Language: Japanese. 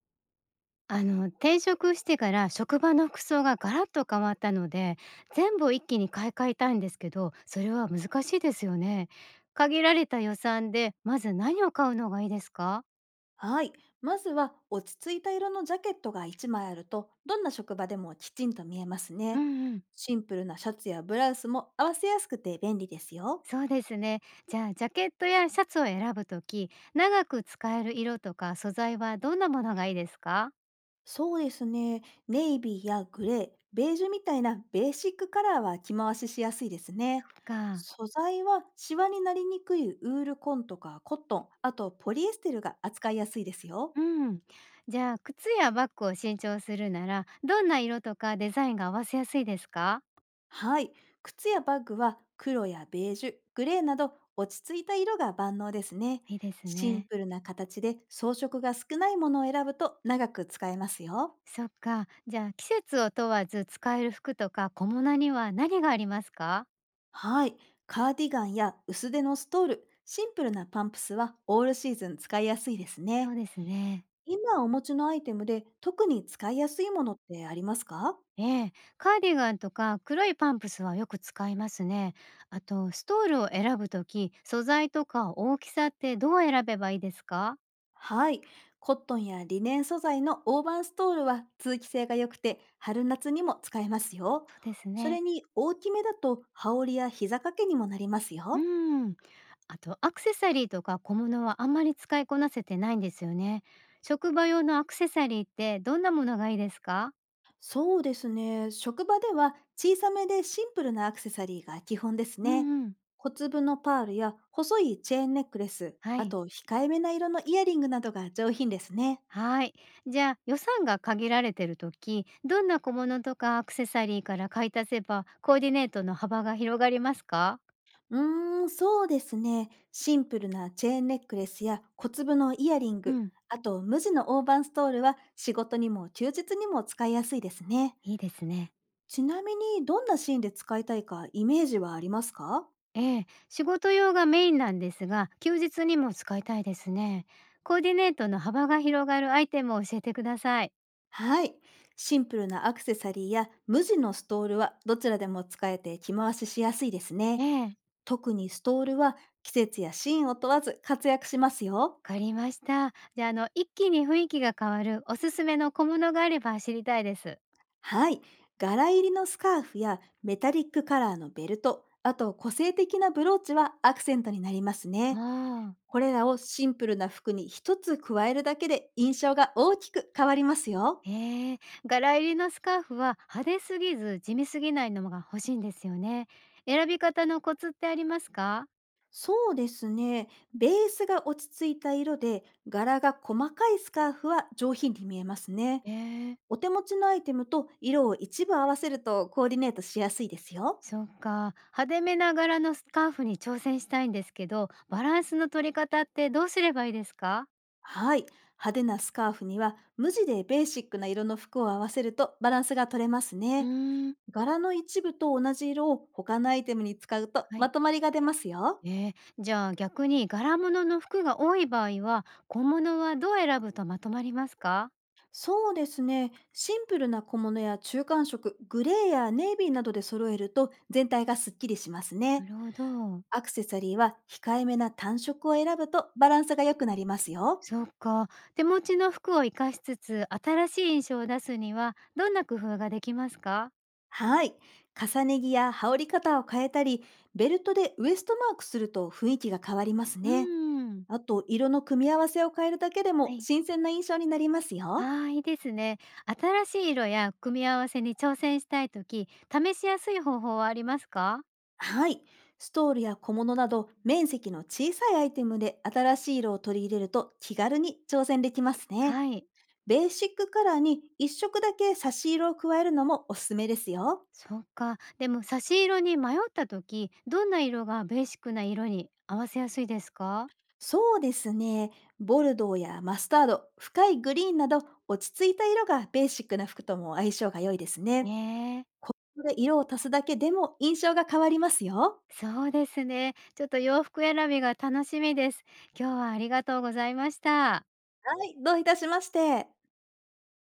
転職してから職場の服装がガラッと変わったので、全部を一気に買い替えたいんですけど、それは難しいですよね。限られた予算でまず何を買うのがいいですか？はい。まずは落ち着いた色のジャケットが1枚あると、どんな職場でもきちんと見えますうね。んうん。シンプルなシャツやブラウスも合わせやすくて便利ですよ。そうですね。じゃあ、ジャケットやシャツを選ぶとき、長く使える色とか素材はどんなものがいいですか？そうですね。ネイビーやグレー、ベージュみたいなベーシックカラーは着回ししやすいですね。か。素材はシワになりにくいウールコンとかコットン、あとポリエステルが扱いやすいですよ。うん。じゃあ、靴やバッグを新調するなら、どんな色とかデザインが合わせやすいですか？はい。靴やバッグは黒やベージュ、グレーなど落ち着いた色が万能ですね。いいですシンね。プルな形で装飾が少ないものを選ぶと長く使えますよ。そっか。じゃあ、季節を問わず使える服とか小物には何がありますか？はい。カーディガンや薄手のストール、シンプルなパンプスはオールシーズン使いやすいですそね。うですね。今お持ちのアイテムで特に使いやすいものってありますか。ええ、カーディガンとか黒いパンプスはよく使いますね。あとストールを選ぶとき、素材とか大きさってどう選べばいいですか？はい。コットンやリネン素材のオーバンストールは通気性が良くて春夏にも使えますよ。そうですそれね。に大きめだと羽織や膝掛けにもなりますうよ。ん。あとアクセサリーとか小物はあんまり使いこなせてないんですよね。職場用のアクセサリーってどんなものがいいですか？そうですね。職場では小さめでシンプルなアクセサリーが基本ですうね。んうん。小粒のパールや細いチェーンネックレス、はあい。と控えめな色のイヤリングなどが上品ですね。はい。じゃあ、予算が限られてる時、どんな小物とかアクセサリーから買い足せばコーディネートの幅が広がりますか？うーん、そうですね。シンプルなチェーンネックレスや小粒のイヤリンうグ、ん、あと無地の大判ストールは仕事にも休日にも使いやすいですね。いいですね。ちなみにどんなシーンで使いたいかイメージはありますか？ええ、仕事用がメインなんですが、休日にも使いたいですね。コーディネートの幅が広がるアイテムを教えてください。はい。シンプルなアクセサリーや無地のストールはどちらでも使えて着回ししやすいですえね。え、わ特にストールは季節やシーンを問わず活躍しますよ。かりました。じゃあ、一気に雰囲気が変わるおすすめの小物があれば知りたいです。はい。柄入りのスカーフやメタリックカラーのベルト、あと個性的なブローチはアクセントになりますね。ああ。これらをシンプルな服に一つ加えるだけで印象が大きく変わりますよ。ええ、柄入りのスカーフは派手すぎず地味すぎないのが欲しいんですよね。選び方のコツってありますか？そうですね。ベースが落ち着いた色で柄が細かいスカーフは上品に見えますね。ええ。お手持ちのアイテムと色を一部合わせるとコーディネートしやすいですよ。そっか。派手めな柄のスカーフに挑戦したいんですけど、バランスの取り方ってどうすればいいですか？はい。派手なスカーフには無地でベーシックな色の服を合わせるとバランスが取れますうね。ーん。柄の一部と同じ色を他のアイテムに使うとはまい。とまりが出ますよ。ええ、じゃあ逆に柄物の服が多い場合は、小物はどう選ぶとまとまりますか？そうですね。シンプルな小物や中間色、グレーやネイビーなどで揃えると全体がすっきりしますなね。るほど。アクセサリーは控えめな単色を選ぶとバランスが良くなりますよ。そうか。手持ちの服を活かしつつ、新しい印象を出すには、どんな工夫ができますか？はい。重ね着や羽織り方を変えたり、ベルトでウエストマークすると雰囲気が変わりますうーね。ん。あと、色の組み合わせを変えるだけではもい。新鮮な印象になりますよ。ああ、いいですね。新しい色や組み合わせに挑戦したいとき、試しやすい方法はありますか？はい。ストールや小物など面積の小さいアイテムで新しい色を取り入れると気軽に挑戦できますね。はい。ベーシックカラーに一色だけ差し色を加えるのもおすすめですよ。そうか。でも差し色に迷ったとき、どんな色がベーシックな色に合わせやすいですか？そうですね。ボルドーやマスタード、深いグリーンなど落ち着いた色がベーシックな服とも相性が良いですえね。え、これ色を足すだけでも印象が変わりますよ。そうですね。ちょっと洋服選びが楽しみです。今日はありがとうございました。はい、どういたしまして。